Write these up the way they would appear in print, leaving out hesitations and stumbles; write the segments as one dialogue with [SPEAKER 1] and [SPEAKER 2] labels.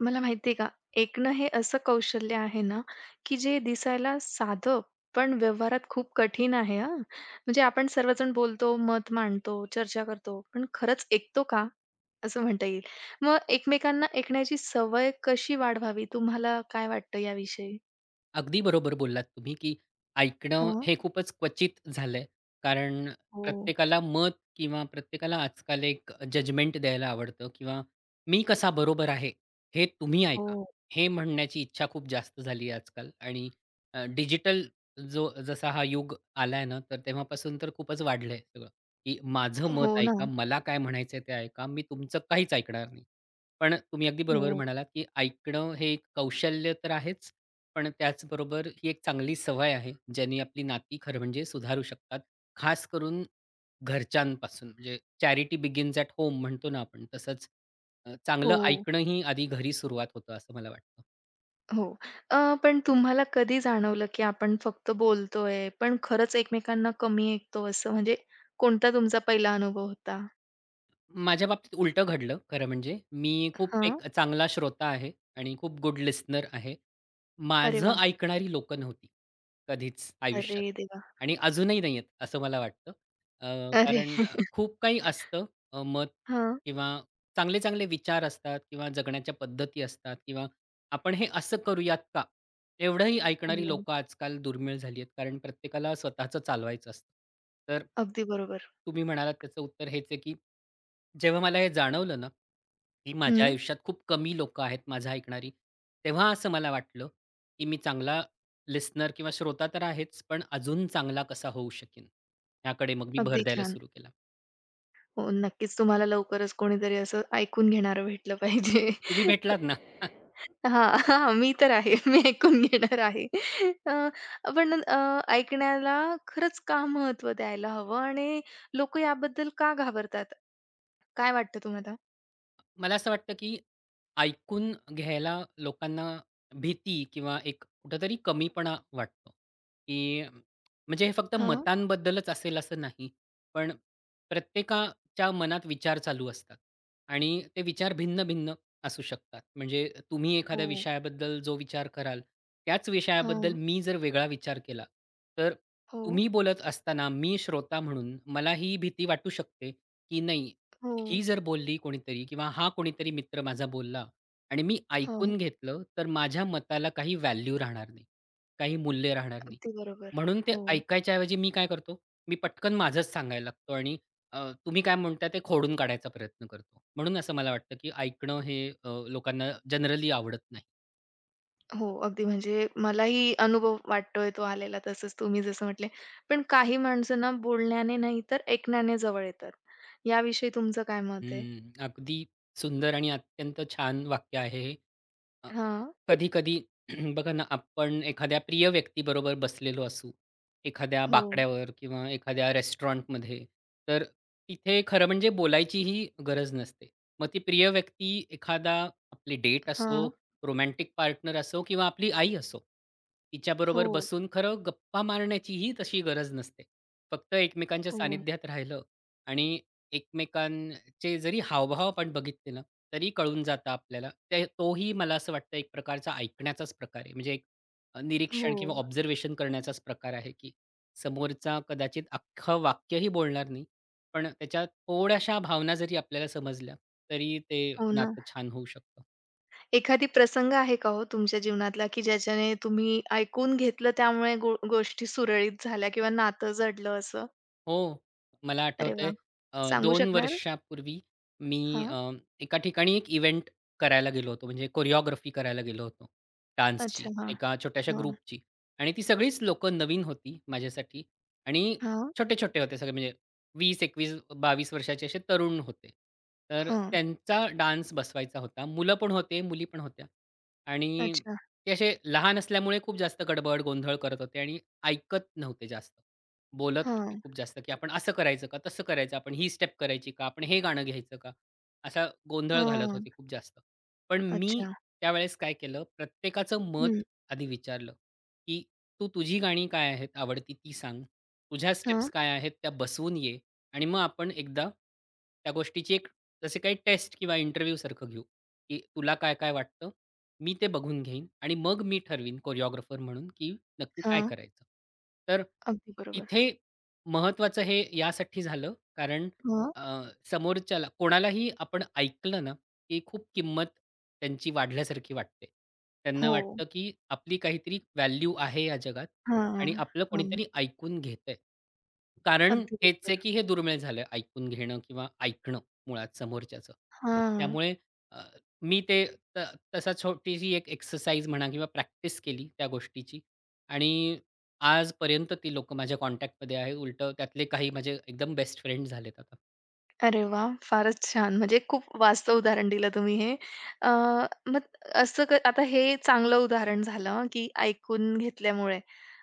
[SPEAKER 1] मला माहिती आहे का, ऐकणं हे असं कौशल्य आहे ना, की जे दिसायला साधं पण व्यवहारात खूप कठीण आहे हां. म्हणजे आपण सर्वजण बोलतो, मत मांडतो, चर्चा करतो, पण खरंच ऐकतो का? असं म्हणता येईल. मग एकमेकांना ऐकण्याची सवय कशी वाढवावी? तुम्हाला काय वाटतं याविषयी?
[SPEAKER 2] अगदी बरोबर बोललात तुम्ही, की ऐकणं
[SPEAKER 1] हां.
[SPEAKER 2] हे खूपच क्वचित झालंय. कारण
[SPEAKER 1] हो.
[SPEAKER 2] प्रत्येकाला मत किंवा प्रत्येकाला आजकाल एक जजमेंट द्यायला आवडतं किंवा "मी कसा बरोबर आहे, हे तुम्ही ऐका."
[SPEAKER 1] हो.
[SPEAKER 2] हे म्हणण्याची इच्छा खूप जास्त झाली आहे आजकाल आणि डिजिटल जो जसा हा युग आलाय ना, तर तेव्हापासून तर खूपच वाढलंय सगळं, की "माझं मत
[SPEAKER 1] हो ना.
[SPEAKER 2] ऐका, मला काय म्हणायचंय ते ऐका, मी तुमचं काहीच ऐकणार नाही." पण तुम्ही अगदी बरोबर
[SPEAKER 1] हो.
[SPEAKER 2] म्हणालात, की ऐकणं हे एक कौशल्य तर आहेच, पण त्याचबरोबर ही एक चांगली सवय आहे, ज्याने आपली नाती खरं म्हणजे सुधारू शकतात. खास करून घरच्यांपासून, म्हणजे चॅरिटी बिगिन्स ॲट होम म्हणतो ना आपण, तसंच
[SPEAKER 1] हो.
[SPEAKER 2] चांगलं ऐकणंही आधी घरी सुरुवात होतं असं मला वाटतं.
[SPEAKER 1] हो. पण तुम्हाला कधी जाणवलं, की आपण फक्त बोलतोय, पण खरंच एकमेकांना कमी ऐकतो असं? म्हणजे कोणता तुमचा पहिला अनुभव होता?
[SPEAKER 2] माझ्या बाबतीत उलटं घडलं खरं म्हणजे. मी खूप
[SPEAKER 1] हां.
[SPEAKER 2] एक चांगला श्रोता आहे आणि खूप गुड लिस्नर आहे.
[SPEAKER 1] अरे
[SPEAKER 2] माझं
[SPEAKER 1] वाह!
[SPEAKER 2] ऐकणारी लोकं नव्हती कधीच
[SPEAKER 1] अरे
[SPEAKER 2] आयुष्यात
[SPEAKER 1] देवा!
[SPEAKER 2] आणि अजूनही नाही आहेत असं मला वाटतं. अ,
[SPEAKER 1] अरे!
[SPEAKER 2] कारण खूप काही असतं, मत
[SPEAKER 1] हां.
[SPEAKER 2] किंवा चांगले-चांगले विचार असतात किंवा जगण्याच्या पद्धती असतात किंवा आपण हे असं करूयात का? एवढंही ऐकणारी
[SPEAKER 1] हो.
[SPEAKER 2] लोकं आजकाल दुर्मिळ झाली आहेत, कारण प्रत्येकाला स्वतःचं चालवायचं असतं. तर
[SPEAKER 1] अगदी बरोबर.
[SPEAKER 2] तुम्ही म्हणालात त्याचं उत्तर हेच आहे, की जेव्हा मला हे जाणवलं ना, की माझ्या
[SPEAKER 1] हं.
[SPEAKER 2] आयुष्यात खूप कमी लोकं आहेत माझा ऐकणारी, तेव्हा असं मला वाटलं, की मी चांगला लिसनर किंवा श्रोता तर आहेच, पण अजून चांगला कसा होऊ शकेन? याकडे मग मी भर
[SPEAKER 1] अगदी
[SPEAKER 2] द्यायला
[SPEAKER 1] छान.
[SPEAKER 2] सुरू केला.
[SPEAKER 1] हो, नक्कीच तुम्हाला लवकरच कोणीतरी असं ऐकून घेणारं भेटलं पाहिजे.
[SPEAKER 2] तुम्ही भेटलात ना?
[SPEAKER 1] हां, हां, मी तर आहे. मी ऐकून घेणार आहे. अ, पण अ, ऐकण्याला खरंच का महत्त्व द्यायला हवं आणि लोकं याबद्दल का घाबरतात? काय वाटतं तुम्हाला?
[SPEAKER 2] मला असं वाटतं, की ऐकून घ्यायला लोकांना भीती किंवा एक कुठेतरी कमीपणा वाटतो, की म्हणजे हे फक्त
[SPEAKER 1] हां,
[SPEAKER 2] मतांबद्दलच असेल असं नाही. पण प्रत्येकाच्या मनात विचार चालू असतात आणि ते विचार भिन्न-भिन्न असू शकतात. म्हणजे तुम्ही एखाद्या
[SPEAKER 1] हो,
[SPEAKER 2] विषयाबद्दल जो विचार कराल, त्याच विषयाबद्दल
[SPEAKER 1] हां,
[SPEAKER 2] मी जर वेगळा विचार केला, तर
[SPEAKER 1] हो,
[SPEAKER 2] तुम्ही बोलत असताना मी श्रोता म्हणून मला ही भीती वाटू शकते, की नाही,
[SPEAKER 1] हो,
[SPEAKER 2] ही जर बोलली कोणीतरी किंवा हा कोणीतरी मित्र माझा बोलला आणि मी
[SPEAKER 1] हो.
[SPEAKER 2] ऐकून घेतलं, तर माझ्या मताला काही व्हॅल्यू राहणार नाही. काही मूल्य राहणार नाही.
[SPEAKER 1] अगदी बरोबर.
[SPEAKER 2] म्हणून ते
[SPEAKER 1] हो.
[SPEAKER 2] ऐकायच्या ऐवजी मी काय करतो, मी पटकन माझंच सांगायला लागतो आणि अ, तुम्ही काय म्हणताय ते खोडून काढायचा प्रयत्न करतो. म्हणून असं मला वाटतं, की ऐकणं हे लोकांना जनरली आवडत नाही.
[SPEAKER 1] हो, अगदी म्हणजे मलाही अनुभव वाटतोय तो आलेला तसंच तुम्ही जसं म्हटले. पण काही माणसं ना बोलण्याने नाही तर ऐकण्याने जवळ येतात. याविषयी तुमचं काय मत आहे?
[SPEAKER 2] हं, अगदी सुंदर आणि अत्यंत छान वाक्य आहे हे.
[SPEAKER 1] हां,
[SPEAKER 2] कधी-कधी बघा ना, आपण एखाद्या प्रिय व्यक्तीबरोबर बसलेलो असू, एखाद्या
[SPEAKER 1] हो.
[SPEAKER 2] बाकड्यावर किंवा एखाद्या रेस्टॉरंटमध्ये, तर तिथे खरं म्हणजे बोलायचीही गरज नसते. मग ती प्रिय व्यक्ती, एखादा, आपली डेट असो,
[SPEAKER 1] हां,
[SPEAKER 2] रोमॅन्टिक पार्टनर असो किंवा आपली आई असो, तिच्याबरोबर
[SPEAKER 1] हो,
[SPEAKER 2] बसून खरं गप्पा मारण्याचीही तशी गरज नसते. फक्त एकमेकांच्या
[SPEAKER 1] हो,
[SPEAKER 2] सानिध्यात राहिलं आणि चे जरी हावभाव आपण बघितले ना, तरी कळून जातं आपल्याला. ते, तोही मला असं वाटतं, एक प्रकारचा ऐकण्याचाच प्रकार आहे. म्हणजे एक
[SPEAKER 1] हो.
[SPEAKER 2] निरीक्षण किंवा ऑब्झर्वेशन करण्याचाच प्रकार आहे, की समोरचा कदाचित अख्खं वाक्यही बोलणार नाही, पण त्याच्या थोड्याशा भावना जरी आपल्याला समजल्या, तरी ते
[SPEAKER 1] हो ना.
[SPEAKER 2] नातं छान होऊ शकतं.
[SPEAKER 1] एखादी प्रसंग आहे का हो तुमच्या जीवनातला, की ज्याच्याने तुम्ही ऐकून घेतलं त्यामुळे गोष्टी सुरळीत झाल्या किंवा नातं जडलं असं?
[SPEAKER 2] हो. मला
[SPEAKER 1] अरे
[SPEAKER 2] आठवतंय,
[SPEAKER 1] वाह! सांगू
[SPEAKER 2] दोन
[SPEAKER 1] शकणार?
[SPEAKER 2] वर्षापूर्वी मी
[SPEAKER 1] हां,
[SPEAKER 2] अ, एका ठिकाणी एक इव्हेंट करायला गेलो होतो. म्हणजे कोरिओग्राफी करायला गेलो होतो डान्सची,
[SPEAKER 1] अच्छा. हां,
[SPEAKER 2] एका छोट्याशा
[SPEAKER 1] हां,
[SPEAKER 2] ग्रुपची. आणि ती सगळीच लोकं नवीन होती माझ्यासाठी. आणि
[SPEAKER 1] हां,
[SPEAKER 2] छोटे-छोटे होते सगळे म्हणजे 20, 21, 22 वर्षाचे असे तरुण होते. तर
[SPEAKER 1] हां.
[SPEAKER 2] त्यांचा डान्स बसवायचा होता. मुलं पण होते, मुली पण होत्या. आणि
[SPEAKER 1] अच्छा.
[SPEAKER 2] ते असे लहान असल्यामुळे खूप जास्त गडबड, गोंधळ करत होते आणि ऐकत नव्हते जास्त. बोलत
[SPEAKER 1] हां,
[SPEAKER 2] होते खूप जास्त, की आपण असं करायचं का? तसं करायचं? आपण ही स्टेप करायची का? आपण हे गाणं घ्यायचं का? असा गोंधळ घालत
[SPEAKER 1] हां.
[SPEAKER 2] होते खूप जास्त. पण मी
[SPEAKER 1] अच्छा.
[SPEAKER 2] त्यावेळेस काय केलं, प्रत्येकाचं मत आधी विचारलं, की "तू तुझी गाणी काय आहेत आवडती ती सांग. तुझ्या
[SPEAKER 1] हां,
[SPEAKER 2] स्टेप्स काय आहेत त्या बसवून ये आणि मग आपण एकदा त्या गोष्टीची एक जसे काही टेस्ट किंवा इंटरव्ह्यूसारखं घेऊ, की तुला काय-काय वाटतं. मी ते बघून घेईन आणि मग मी ठरवीन कोरिओग्राफर म्हणून, की नक्की काय
[SPEAKER 1] हां.
[SPEAKER 2] करायचं. तर
[SPEAKER 1] अगदी बरोबर.
[SPEAKER 2] तिथे महत्त्वाचं हे यासाठी झालं, कारण
[SPEAKER 1] हां.
[SPEAKER 2] अ, समोरच्याला कोणालाही आपण ऐकलं ना, की खूप किंमत त्यांची वाढल्यासारखी वाटते. त्यांना
[SPEAKER 1] हो.
[SPEAKER 2] वाटतं, की आपली काहीतरी व्हॅल्यू आहे या जगात
[SPEAKER 1] हां, हां.
[SPEAKER 2] आणि आपलं
[SPEAKER 1] हां.
[SPEAKER 2] कोणीतरी ऐकून घेतंय. कारण
[SPEAKER 1] अगदी
[SPEAKER 2] हेच
[SPEAKER 1] बरोबर.
[SPEAKER 2] आहे, की हे दुर्मिळ झालं ऐकून घेणं किंवा ऐकणं मुळात समोरच्याचं.
[SPEAKER 1] हां.
[SPEAKER 2] त्यामुळे अ, मी ते त तसा छोटीशी एक एक्सरसाइज म्हणा किंवा प्रॅक्टिस केली त्या गोष्टीची. आणि आजपर्यंत ती लोकं माझ्या कॉन्टॅक्टमध्ये आहेत. उलटं त्यातले काही माझे एकदम बेस्ट फ्रेंड झालेत आता.
[SPEAKER 1] अरे वाह! फारच छान. म्हणजे खूप वास्तव उदाहरण दिलं तुम्ही हे. अ, मग असं आता हे चांगलं उदाहरण झालं हं, की ऐकून घेतल्यामुळे.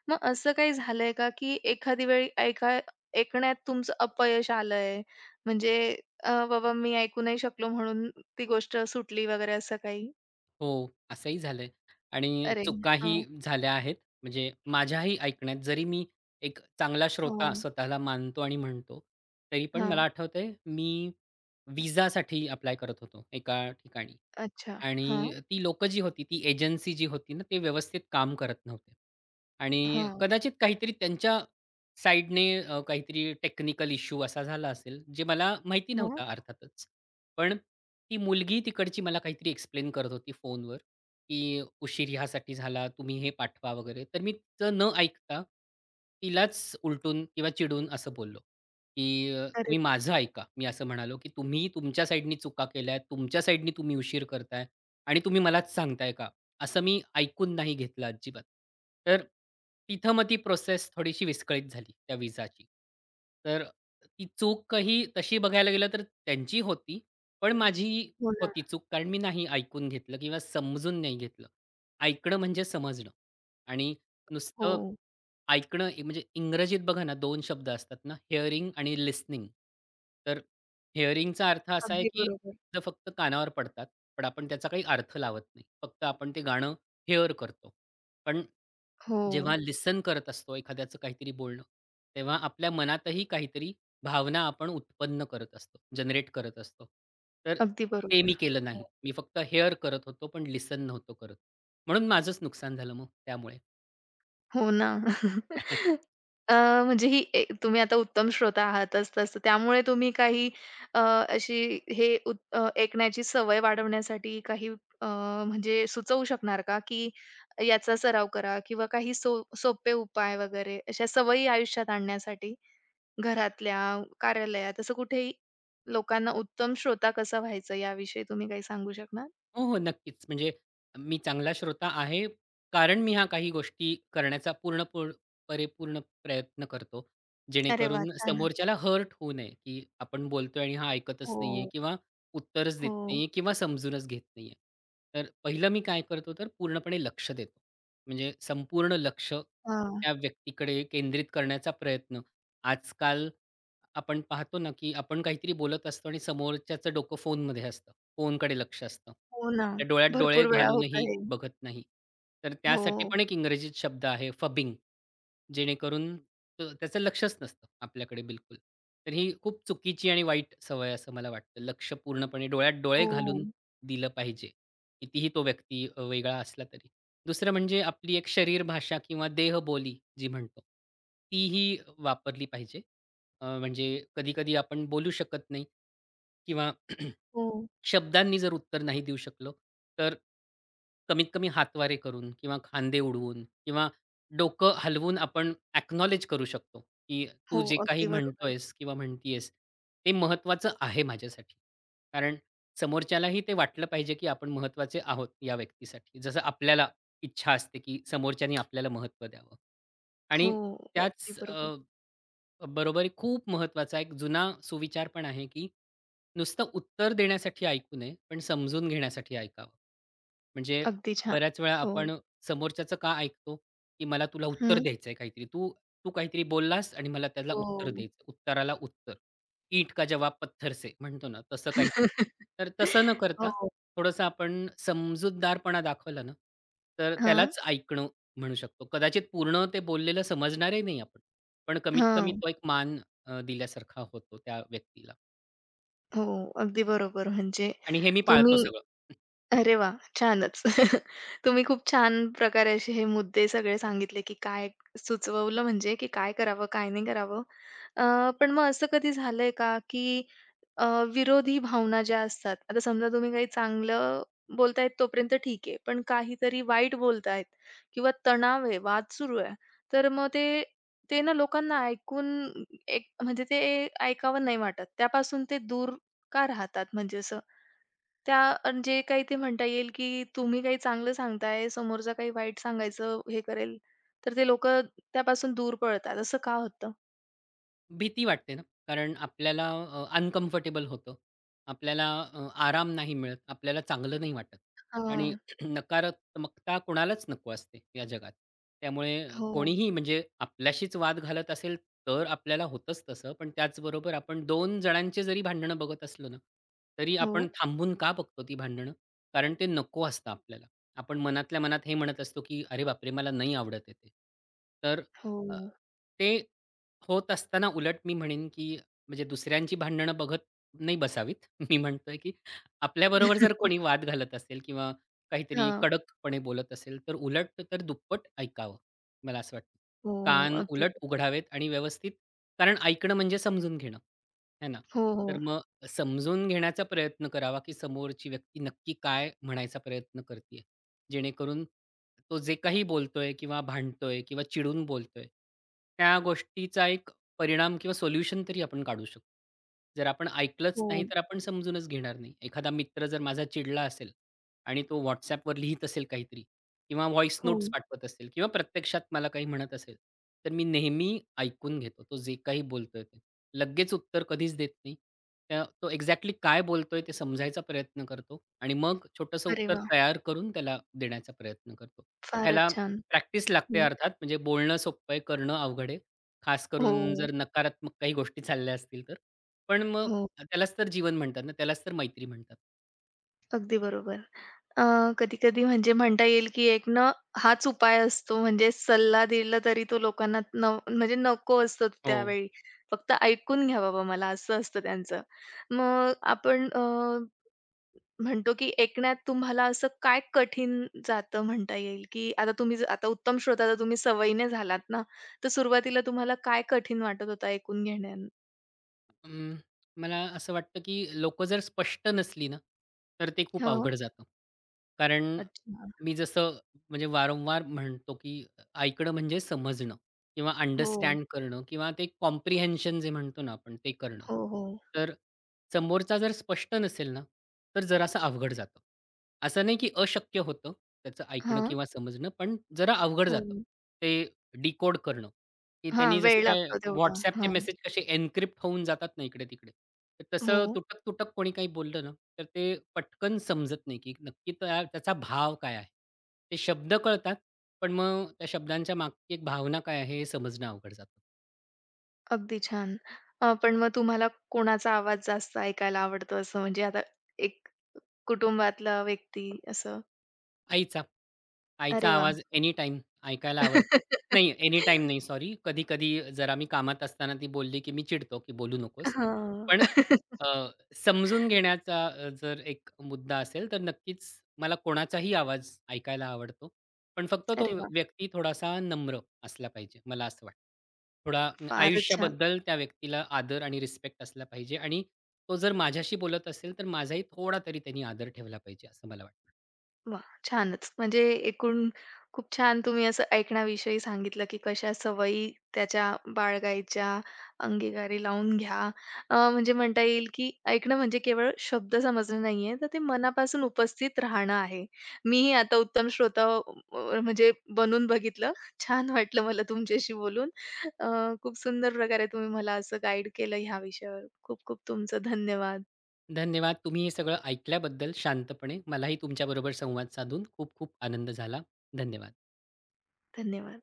[SPEAKER 1] मग असं काही झालंय का, की एखादी वेळी ऐकण्यात तुमचं अपयश आलंय? म्हणजे बाबा मी ऐकू नाही शकलो म्हणून ती गोष्ट सुटली वगैरे असं काही?
[SPEAKER 2] हो, असंही झालंय आणि
[SPEAKER 1] अरे!
[SPEAKER 2] चुकाही
[SPEAKER 1] हां,
[SPEAKER 2] झाल्या आहेत. म्हणजे माझ्याही ऐकण्यात, जरी मी एक चांगला श्रोता
[SPEAKER 1] हां,
[SPEAKER 2] स्वतःला मानतो आणि म्हणतो, तरी पण मला
[SPEAKER 1] हां.
[SPEAKER 2] आठवतंय मी विसासाठी अप्लाय करत होतो एका ठिकाणी.
[SPEAKER 1] अच्छा. हां,
[SPEAKER 2] आणि ती लोकं जी होती, ती एजन्सी जी होती ना, ते व्यवस्थित काम करत नव्हते. आणि
[SPEAKER 1] हां.
[SPEAKER 2] कदाचित काहीतरी त्यांच्या साइडने काहीतरी टेक्निकल इश्यू असा झाला असेल, जे मला माहिती
[SPEAKER 1] हो,
[SPEAKER 2] नव्हता अर्थातच. पण ती मुलगी तिकडची मला काहीतरी एक्सप्लेन करत होती फोनवर, की "उशीर ह्यासाठी झाला, तुम्ही हे पाठवा" वगैरे. तर मी तिचं न ऐकता तिलाच उलटून किंवा चिडून असं बोललो, की
[SPEAKER 1] अरे!
[SPEAKER 2] "तुम्ही माझं ऐका." मी असं म्हणालो, की "तुम्ही तुमच्या साइडनी चुका केल्यात, तुमच्या साइडनी तुम्ही उशीर करताय. आणि तुम्ही मलाच सांगताय का?" असं मी ऐकून नाही घेतलं अजिबात. तर तिथं मग ती प्रोसेस थोडीशी विस्कळीत झाली त्या विसाची. तर ती चूकही तशी बघायला गेलं तर त्यांची होती, पण माझी
[SPEAKER 1] हो ना.
[SPEAKER 2] होती चूक, कारण मी नाही ऐकून घेतलं किंवा समजून नाही घेतलं. ऐकणं म्हणजे समजणं आणि नुसतं
[SPEAKER 1] हो,
[SPEAKER 2] म्हणजे इंग्रजीत बघा ना 2 शब्द असतात ना, हिअरिंग आणि लिसनिंग. तर हिअरिंगचा अर्थ असा आहे,
[SPEAKER 1] अगदी
[SPEAKER 2] की
[SPEAKER 1] बरोबर.
[SPEAKER 2] शब्द फक्त कानावर पडतात, पण आपण त्याचा काही अर्थ लावत नाही. फक्त आपण ते गाणं हेअर करतो. पण
[SPEAKER 1] हो,
[SPEAKER 2] जेव्हा लिसन करत असतो एखाद्याचं काहीतरी बोलणं, तेव्हा आपल्या मनातही काहीतरी भावना आपण उत्पन्न करत असतो, जनरेट करत असतो. तर
[SPEAKER 1] अगदी
[SPEAKER 2] ते
[SPEAKER 1] बरोबर.
[SPEAKER 2] मी केलं
[SPEAKER 1] हो,
[SPEAKER 2] नाही. मी फक्त हेअर करत होतो, पण लिसन नव्हतो करत. म्हणून माझंच नुकसान झालं मग त्यामुळे.
[SPEAKER 1] हो ना. अ, म्हणजे ही ए तुम्ही आता उत्तम श्रोता आहातच तसं त्यामुळे तुम्ही काही अ, अशी हे उत अ, ऐकण्याची सवय वाढवण्यासाठी काही अ, म्हणजे सुचवू शकणार का, की याचा सराव करा किंवा काही सोपे उपाय वगैरे अशा सवयी आयुष्यात आणण्यासाठी घरातल्या, कार्यालयात असं कुठेही लोकांना उत्तम श्रोता कसा व्हायचं याविषयी तुम्ही काही सांगू शकणार?
[SPEAKER 2] हो, हो. नक्कीच. म्हणजे मी चांगला श्रोता आहे, कारण मी ह्या काही गोष्टी करण्याचा पूर्ण पूर्ण परिपूर्ण प्रयत्न करतो.
[SPEAKER 1] अरे वाह!
[SPEAKER 2] जेणेकरून
[SPEAKER 1] छानच.
[SPEAKER 2] समोरच्याला हर्ट होऊ नये, की आपण बोलतोय आणि हा ऐकतच नाहीये
[SPEAKER 1] हो,
[SPEAKER 2] किंवा उत्तरच देत
[SPEAKER 1] हो.
[SPEAKER 2] नाहीये किंवा समजूनच घेत नाहीये. तर पहिलं मी काय करतो, तर पूर्णपणे लक्ष देतो. म्हणजे संपूर्ण लक्ष
[SPEAKER 1] हां.
[SPEAKER 2] त्या व्यक्तीकडे केंद्रित करण्याचा प्रयत्न. आजकाल आपण पाहतो ना, की आपण काहीतरी बोलत असतो आणि समोरच्याचं डोकं फोनमध्ये असतं. फोनकडे लक्ष असतं.
[SPEAKER 1] हो ना.
[SPEAKER 2] आपल्या डोळ्यात डोळे
[SPEAKER 1] भरपूर वेळा होत
[SPEAKER 2] घालूनही
[SPEAKER 1] आहे.
[SPEAKER 2] बघत नाही. तर त्यासाठी
[SPEAKER 1] हो,
[SPEAKER 2] पण एक इंग्रजीत शब्द आहे, फबिंग. जेणेकरून त्याचं लक्षच नसतं आपल्याकडे बिलकुल. तर ही खूप चुकीची आणि वाईट सवय असं मला वाटतं. लक्ष पूर्णपणे डोळ्यात डोळे
[SPEAKER 1] हो,
[SPEAKER 2] घालून दिलं पाहिजे. कितीही तो व्यक्ती वेगळा असला तरी. दुसरं म्हणजे आपली एक शरीर भाषा किंवा देहबोली जी म्हणतो, तीही वापरली पाहिजे. म्हणजे कधी-कधी आपण बोलू शकत नाही किंवा
[SPEAKER 1] हो,
[SPEAKER 2] शब्दांनी जर उत्तर नाही देऊ शकलो, तर कमीत कमी हातवारे करून किंवा खांदे उडवून किंवा डोकं हलवून आपण अॅक्नॉलेज करू शकतो, की
[SPEAKER 1] हो.
[SPEAKER 2] तू जे काही
[SPEAKER 1] अगदी बरोबर.
[SPEAKER 2] म्हणतोयस किंवा म्हणतीयेस, ते महत्त्वाचं आहे माझ्यासाठी. कारण समोरच्यालाही ते वाटलं पाहिजे, की आपण महत्त्वाचे आहोत या व्यक्तीसाठी. जसं आपल्याला इच्छा असते, की समोरच्याने आपल्याला महत्त्व द्यावं.
[SPEAKER 1] हो,
[SPEAKER 2] आणि
[SPEAKER 1] अगदी
[SPEAKER 2] त्याच
[SPEAKER 1] बरोबर.
[SPEAKER 2] बरोबर आहे. खूप महत्वाचा एक जुना सुविचार पण आहे, की नुसतं उत्तर देण्यासाठी ऐकू नये, पण समजून घेण्यासाठी ऐकावं. म्हणजे
[SPEAKER 1] अगदी छान.
[SPEAKER 2] बऱ्याच वेळा
[SPEAKER 1] हो.
[SPEAKER 2] आपण समोरच्याचं का ऐकतो, की मला तुला उत्तर
[SPEAKER 1] हं.
[SPEAKER 2] द्यायचंय काहीतरी. तू तू काहीतरी बोललास आणि मला त्याला उत्तर
[SPEAKER 1] हो.
[SPEAKER 2] द्यायचं. उत्तराला उत्तर. "ईंट का जवाब पत्थर से" म्हणतो ना, तसं काहीतरी. तर तसं न करता
[SPEAKER 1] हो.
[SPEAKER 2] थोडंसं आपण समजूतदारपणा दाखवला ना, तर
[SPEAKER 1] हां,
[SPEAKER 2] त्यालाच ऐकणं म्हणू शकतो. कदाचित पूर्ण ते बोललेलं समजणारही नाही आपण. पण कमीत कमी
[SPEAKER 1] हां.
[SPEAKER 2] तो एक मान दिल्यासारखा होतो त्या व्यक्तीला.
[SPEAKER 1] हो, अगदी बरोबर. म्हणजे
[SPEAKER 2] आणि हे मी पाळतो
[SPEAKER 1] तुम्ही
[SPEAKER 2] सगळं.
[SPEAKER 1] अरे वाह! छानच. तुम्ही खूप छान प्रकारे असे हे मुद्दे सगळे सांगितले, की काय सुचवलं म्हणजे की काय करावं, काय नाही करावं. पण मग असं कधी झालंय का, की अ, विरोधी भावना ज्या असतात, आता समजा तुम्ही काही चांगलं बोलतायत तोपर्यंत ठीक आहे, पण काहीतरी वाईट बोलतायत किंवा तणाव आहे, वाद सुरू आहे, तर मग ते ते ना लोकांना ऐकून एक म्हणजे ते ऐकावं नाही वाटत. त्यापासून ते दूर का राहतात म्हणजे असं? त्या म्हणजे काही ते म्हणता येईल, की तुम्ही काही चांगलं सांगताय, समोरचा काही वाईट सांगायचं हे करेल, तर ते लोकं त्यापासून दूर पळतात. असं का होतं?
[SPEAKER 2] भीती वाटते ना, कारण आपल्याला अनकम्फर्टेबल होतं. आपल्याला आराम नाही मिळत. आपल्याला चांगलं नाही वाटत. आणि
[SPEAKER 1] हां.
[SPEAKER 2] नकारात्मकता कोणालाच नको असते या जगात. त्यामुळे
[SPEAKER 1] हो,
[SPEAKER 2] कोणीही म्हणजे आपल्याशीच वाद घालत असेल, तर आपल्याला होतंच तसं. पण त्याचबरोबर आपण 2 जणांचे जरी भांडणं बघत असलो ना, तरी
[SPEAKER 1] हो,
[SPEAKER 2] आपण थांबून का बघतो ती भांडणं? कारण ते नको असतं आपल्याला. आपण मनातल्या मनात हे म्हणत असतो, की "अरे बापरे! मला नाही आवडत आहे." तर अ,
[SPEAKER 1] हो.
[SPEAKER 2] ते होत असताना उलट मी म्हणेन, की म्हणजे दुसऱ्यांची भांडणं बघत नाही बसावीत. मी म्हणतोय, की आपल्याबरोबर जर कोणी वाद घालत असेल किंवा काहीतरी
[SPEAKER 1] हां.
[SPEAKER 2] कडकपणे बोलत असेल, तर उलट तर दुप्पट ऐकावं, मला असं वाटतं.
[SPEAKER 1] हो, हो.
[SPEAKER 2] कान
[SPEAKER 1] अगदी.
[SPEAKER 2] उलट उघडावेत आणि व्यवस्थित, कारण ऐकणं म्हणजे समजून घेणं, है ना?
[SPEAKER 1] हो, हो,
[SPEAKER 2] तर मग समजून घेण्याचा प्रयत्न करावा, की समोरची व्यक्ती नक्की काय म्हणायचा प्रयत्न करतीये. जेणेकरून तो जे काही बोलतोय किंवा भांडतोय किंवा चिडून बोलतोय, त्या गोष्टीचा एक परिणाम किंवा सोल्युशन तरी आपण काढू शकतो. जर आपण ऐकलंच
[SPEAKER 1] हो,
[SPEAKER 2] नाही, तर आपण समजूनच घेणार नाही. एखादा मित्र जर माझा चिडला असेल आणि तो WhatsAppवर लिहीत असेल काहीतरी किंवा व्हॉईस
[SPEAKER 1] हो.
[SPEAKER 2] नोट्स पाठवत असेल किंवा प्रत्यक्षात मला काही म्हणत असेल, तर मी नेहमी ऐकून घेतो. तो जे काही बोलतोय ते. लगेच उत्तर कधीच देत नाही. तो एक्झॅक्टली काय बोलतोय ते समजायचा प्रयत्न करतो आणि मग छोटंसं
[SPEAKER 1] अरे
[SPEAKER 2] उत्तर
[SPEAKER 1] वाह!
[SPEAKER 2] तयार करून त्याला देण्याचा प्रयत्न करतो.
[SPEAKER 1] फारच
[SPEAKER 2] ह्याला
[SPEAKER 1] छान.
[SPEAKER 2] प्रॅक्टिस लागते
[SPEAKER 1] हं.
[SPEAKER 2] अर्थात. म्हणजे बोलणं सोपं आहे, करणं अवघड आहे. खास करून
[SPEAKER 1] हो,
[SPEAKER 2] जर नकारात्मक काही गोष्टी चालल्या असतील तर. पण मग
[SPEAKER 1] हो.
[SPEAKER 2] त्यालाच तर जीवन म्हणतात ना, त्यालाच तर मैत्री म्हणतात.
[SPEAKER 1] अगदी बरोबर. अ, कधी-कधी म्हणजे म्हणता येईल, की एक ना हाच उपाय असतो. म्हणजे सल्ला दिला तरी तो लोकांना म्हणजे नको असतो तो
[SPEAKER 2] हो.
[SPEAKER 1] त्यावेळी. फक्त ऐकून घ्या बाबा मला असं असतं त्यांचं. मग आपण म्हणतो, की ऐकण्यात तुम्हाला असं काय कठीण जातं म्हणता येईल, की आता तुम्ही आता उत्तम श्रोता तर तुम्ही सवयीने झालात ना, तर सुरुवातीला तुम्हाला काय कठीण वाटत होतं ऐकून घेण्यान?
[SPEAKER 2] अं, मला असं वाटतं, की लोकं जर स्पष्ट नसली ना, तर ते खूप
[SPEAKER 1] हां.
[SPEAKER 2] अवघड जातं. कारण
[SPEAKER 1] अच्छा.
[SPEAKER 2] मी जसं म्हणजे वारंवार म्हणतो, की ऐकणं म्हणजे समजणं किंवा
[SPEAKER 1] हो.
[SPEAKER 2] अंडरस्टँड करणं किंवा ते कॉम्प्रिहेन्शन जे म्हणतो ना आपण ते करणं.
[SPEAKER 1] हो, हो.
[SPEAKER 2] तर समोरचा जर स्पष्ट नसेल ना, तर जरासं अवघड जातं. असं नाही, की अशक्य होतं त्याचं ऐकणं
[SPEAKER 1] हां.
[SPEAKER 2] किंवा समजणं, पण जरा अवघड
[SPEAKER 1] हो.
[SPEAKER 2] जातं ते डिकोड करणं. की
[SPEAKER 1] हां,
[SPEAKER 2] त्यांनी
[SPEAKER 1] वेळ
[SPEAKER 2] जसं काय
[SPEAKER 1] लागतो तेवढा.
[SPEAKER 2] WhatsAppचे
[SPEAKER 1] हां.
[SPEAKER 2] मेसेज कसे एन्क्रिप्ट होऊन जातात ना इकडे-तिकडे. तर
[SPEAKER 1] हो.
[SPEAKER 2] तसं तुटक-तुटक कोणी काही बोललं ना, तर ते पटकन समजत नाही, की नक्की त्या त्याचा भाव काय आहे? ते शब्द कळतात, पण मग त्या शब्दांच्या मागची एक भावना काय आहे हे समजणं अवघड जातं.
[SPEAKER 1] अगदी छान. पण मग तुम्हाला कोणाचा आवाज जास्त ऐकायला आवडतो असं म्हणजे आता एक कुटुंबातला व्यक्ती असं?
[SPEAKER 2] आईचा. आईचा
[SPEAKER 1] अरे वाह!
[SPEAKER 2] आवाज एनी टाइम
[SPEAKER 1] हां.
[SPEAKER 2] ऐकायला आवडतो. नाही, एनी टाइम नाही, सॉरी. कधी-कधी जरा मी कामात असताना ती बोलली, की मी चिडतो, की बोलू नकोस. पण अ, समजून घेण्याचा जर एक मुद्दा असेल, तर नक्कीच मला कोणाचाही आवाज ऐकायला आवडतो. पण फक्त तो
[SPEAKER 1] अरे वाह!
[SPEAKER 2] व्यक्ती थोडासा नम्र असला पाहिजे, मला असं वाटतं. थोडा
[SPEAKER 1] फारच छान.
[SPEAKER 2] आयुष्याबद्दल त्या व्यक्तीला आदर आणि रिस्पेक्ट असला पाहिजे आणि तो जर माझ्याशी बोलत असेल, तर माझाही थोडा तरी त्यांनी आदर ठेवला पाहिजे, असं मला वाटतं.
[SPEAKER 1] वाह! छानच. म्हणजे एकूण खूप छान तुम्ही असं ऐकण्याविषयी सांगितलं, की कशा सवयी त्याच्या बाळगायच्या, अंगीकारी लावून घ्या. म्हणजे म्हणता येईल, की ऐकणं म्हणजे केवळ शब्द समजणं नाहीये, तर ते मनापासून उपस्थित राहणं आहे. मीही आता उत्तम श्रोता म्हणजे बनून बघितलं. छान वाटलं मला तुमच्याशी बोलून. अ, खूप सुंदर प्रकारे तुम्ही मला असं गाईड केलं ह्या विषयावर. खूप खूप तुमचं धन्यवाद.
[SPEAKER 2] धन्यवाद. तुम्ही हे सगळं ऐकल्याबद्दल शांतपणे. मलाही तुमच्याबरोबर संवाद साधून खूप खूप आनंद झाला. धन्यवाद.
[SPEAKER 1] धन्यवाद.